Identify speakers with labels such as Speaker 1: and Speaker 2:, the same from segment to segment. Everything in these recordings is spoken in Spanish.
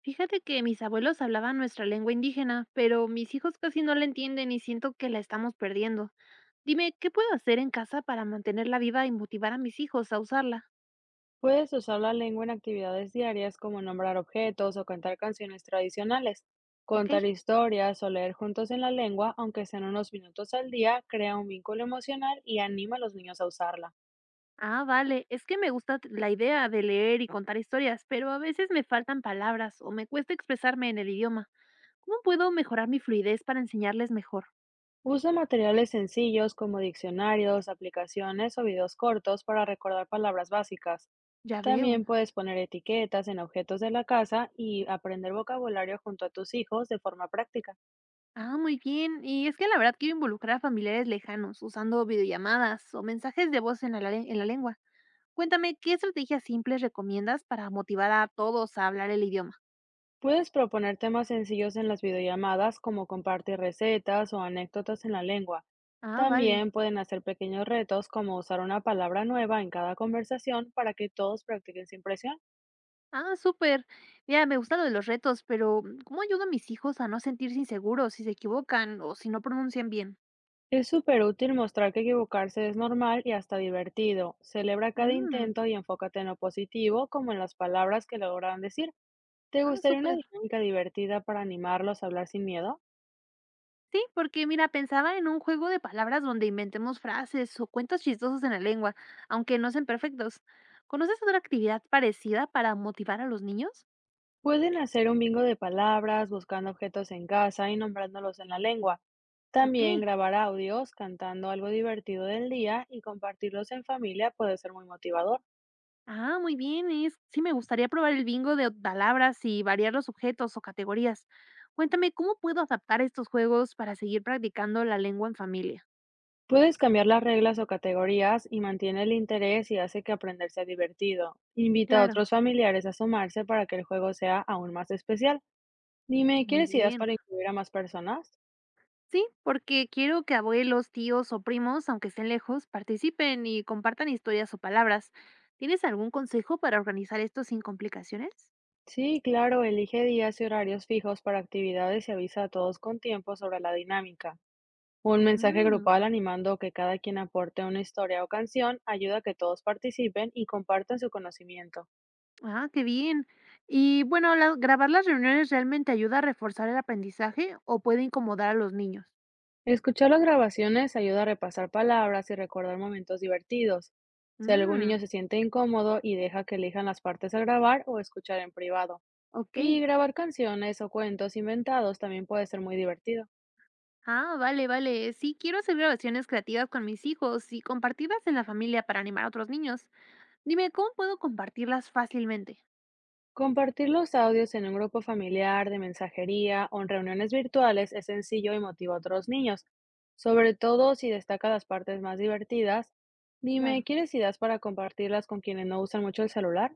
Speaker 1: Fíjate que mis abuelos hablaban nuestra lengua indígena, pero mis hijos casi no la entienden y siento que la estamos perdiendo. Dime, ¿qué puedo hacer en casa para mantenerla viva y motivar a mis hijos a usarla?
Speaker 2: Puedes usar la lengua en actividades diarias como nombrar objetos o cantar canciones tradicionales.
Speaker 1: ¿Ok?
Speaker 2: Contar historias o leer juntos en la lengua, aunque sean unos minutos al día, crea un vínculo emocional y anima a los niños a usarla.
Speaker 1: Ah, vale, es que me gusta la idea de leer y contar historias, pero a veces me faltan palabras o me cuesta expresarme en el idioma. ¿Cómo puedo mejorar mi fluidez para enseñarles mejor?
Speaker 2: Usa materiales sencillos como diccionarios, aplicaciones o videos cortos para recordar palabras básicas.
Speaker 1: Ya veo.
Speaker 2: También puedes poner etiquetas en objetos de la casa y aprender vocabulario junto a tus hijos de forma práctica.
Speaker 1: Ah, muy bien. Y es que la verdad quiero involucrar a familiares lejanos usando videollamadas o mensajes de voz en en la lengua. Cuéntame, ¿qué estrategias simples recomiendas para motivar a todos a hablar el idioma?
Speaker 2: Puedes proponer temas sencillos en las videollamadas, como compartir recetas o anécdotas en la lengua.
Speaker 1: Ah, vale.
Speaker 2: También pueden hacer pequeños retos, como usar una palabra nueva en cada conversación para que todos practiquen sin presión.
Speaker 1: Ah, súper. Mira, me gusta lo de los retos, pero ¿cómo ayudo a mis hijos a no sentirse inseguros si se equivocan o si no pronuncian bien?
Speaker 2: Es súper útil mostrar que equivocarse es normal y hasta divertido. Celebra cada
Speaker 1: Mm,
Speaker 2: intento y enfócate en lo positivo, como en las palabras que lograron decir. ¿Te
Speaker 1: ah,
Speaker 2: gustaría una
Speaker 1: súper.
Speaker 2: dinámica divertida para animarlos a hablar sin miedo?
Speaker 1: Sí, porque mira, pensaba en un juego de palabras donde inventemos frases o cuentos chistosos en la lengua, aunque no sean perfectos. ¿Conoces otra actividad parecida para motivar a los niños?
Speaker 2: Pueden hacer un bingo de palabras, buscando objetos en casa y nombrándolos en la lengua.
Speaker 1: Ok.
Speaker 2: También grabar audios cantando algo divertido del día y compartirlos en familia puede ser muy motivador.
Speaker 1: Ah, muy bien, es sí me gustaría probar el bingo de palabras y variar los objetos o categorías. Cuéntame, ¿cómo puedo adaptar estos juegos para seguir practicando la lengua en familia?
Speaker 2: Puedes cambiar las reglas o categorías y mantiene el interés y hace que aprender sea divertido. Invita a
Speaker 1: Claro,
Speaker 2: otros familiares a sumarse para que el juego sea aún más especial. Dime,
Speaker 1: muy
Speaker 2: ¿quieres ideas
Speaker 1: bien.
Speaker 2: para incluir a más personas?
Speaker 1: Sí, porque quiero que abuelos, tíos o primos, aunque estén lejos, participen y compartan historias o palabras. ¿Tienes algún consejo para organizar esto sin complicaciones?
Speaker 2: Sí, claro, elige días y horarios fijos para actividades y avisa a todos con tiempo sobre la dinámica. Un mensaje
Speaker 1: Mm,
Speaker 2: grupal animando que cada quien aporte una historia o canción ayuda a que todos participen y compartan su conocimiento.
Speaker 1: ah, qué bien. Y bueno, ¿grabar las reuniones realmente ayuda a reforzar el aprendizaje o puede incomodar a los niños?
Speaker 2: Escuchar las grabaciones ayuda a repasar palabras y recordar momentos divertidos. Si algún
Speaker 1: Mm.
Speaker 2: niño se siente incómodo y deja que elijan las partes a grabar o escuchar en privado.
Speaker 1: Ok.
Speaker 2: Y grabar canciones o cuentos inventados también puede ser muy divertido.
Speaker 1: Ah, vale, vale. Sí, quiero hacer grabaciones creativas con mis hijos y compartirlas en la familia para animar a otros niños. Dime, ¿cómo puedo compartirlas fácilmente?
Speaker 2: Compartir los audios en un grupo familiar, de mensajería o en reuniones virtuales es sencillo y motiva a otros niños, sobre todo si destaca las partes más divertidas.
Speaker 1: Claro.
Speaker 2: Dime, ¿quieres ideas para compartirlas con quienes no usan mucho el celular?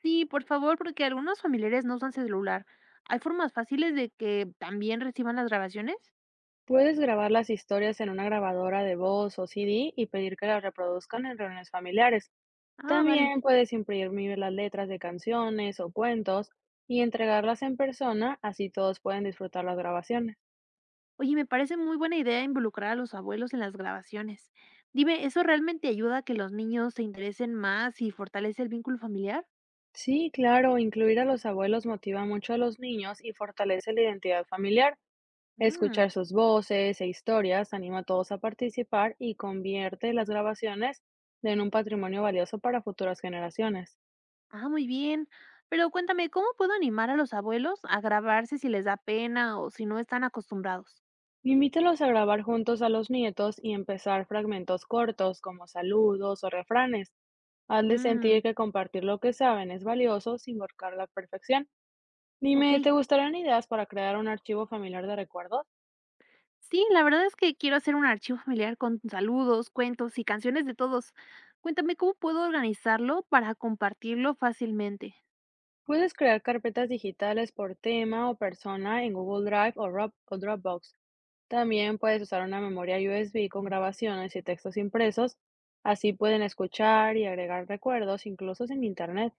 Speaker 1: Sí, por favor, porque algunos familiares no usan celular. ¿Hay formas fáciles de que también reciban las grabaciones?
Speaker 2: Puedes grabar las historias en una grabadora de voz o CD y pedir que las reproduzcan en reuniones familiares.
Speaker 1: Ah, vale.
Speaker 2: También puedes imprimir las letras de canciones o cuentos y entregarlas en persona, así todos pueden disfrutar las grabaciones.
Speaker 1: Oye, me parece muy buena idea involucrar a los abuelos en las grabaciones. Dime, ¿eso realmente ayuda a que los niños se interesen más y fortalece el vínculo familiar?
Speaker 2: Sí, claro, incluir a los abuelos motiva mucho a los niños y fortalece la identidad familiar.
Speaker 1: Mm.
Speaker 2: Escuchar sus voces e historias anima a todos a participar y convierte las grabaciones en un patrimonio valioso para futuras generaciones.
Speaker 1: Ah, muy bien. Pero cuéntame, ¿cómo puedo animar a los abuelos a grabarse si les da pena o si no están acostumbrados?
Speaker 2: Invítalos a grabar juntos a los nietos y empezar fragmentos cortos como saludos o refranes. Hazles sentir
Speaker 1: Mm,
Speaker 2: que compartir lo que saben es valioso sin buscar la perfección.
Speaker 1: ok.
Speaker 2: Dime, ¿te gustarían ideas para crear un archivo familiar de recuerdos?
Speaker 1: Sí, la verdad es que quiero hacer un archivo familiar con saludos, cuentos y canciones de todos. Cuéntame, ¿cómo puedo organizarlo para compartirlo fácilmente?
Speaker 2: Puedes crear carpetas digitales por tema o persona en Google Drive o, o Dropbox. También puedes usar una memoria USB con grabaciones y textos impresos. Así pueden escuchar y agregar recuerdos incluso sin internet.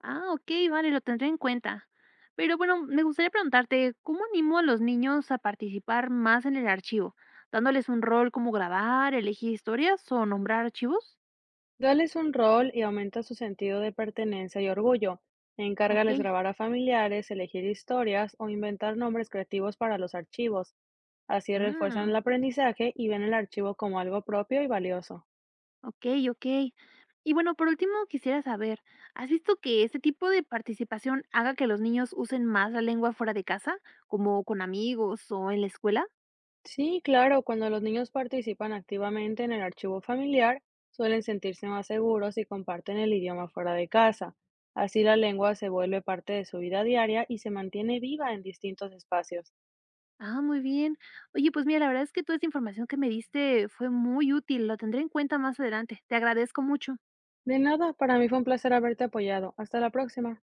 Speaker 1: Ah, ok, vale, lo tendré en cuenta. Pero bueno, me gustaría preguntarte, ¿cómo animo a los niños a participar más en el archivo? ¿Dándoles un rol como grabar, elegir historias o nombrar archivos?
Speaker 2: Dales un rol y aumenta su sentido de pertenencia y orgullo.
Speaker 1: Ok.
Speaker 2: Encárgales grabar a familiares, elegir historias o inventar nombres creativos para los archivos. Así refuerzan el
Speaker 1: Mm,
Speaker 2: aprendizaje y ven el archivo como algo propio y valioso.
Speaker 1: okey, okey. Y bueno, por último, quisiera saber, ¿has visto que este tipo de participación haga que los niños usen más la lengua fuera de casa, como con amigos o en la escuela?
Speaker 2: Sí, claro, cuando los niños participan activamente en el archivo familiar, suelen sentirse más seguros y comparten el idioma fuera de casa. Así la lengua se vuelve parte de su vida diaria y se mantiene viva en distintos espacios.
Speaker 1: Ah, muy bien. Oye, pues mira, la verdad es que toda esta información que me diste fue muy útil, lo tendré en cuenta más adelante. Te agradezco mucho.
Speaker 2: De nada, para mí fue un placer haberte apoyado. Hasta la próxima.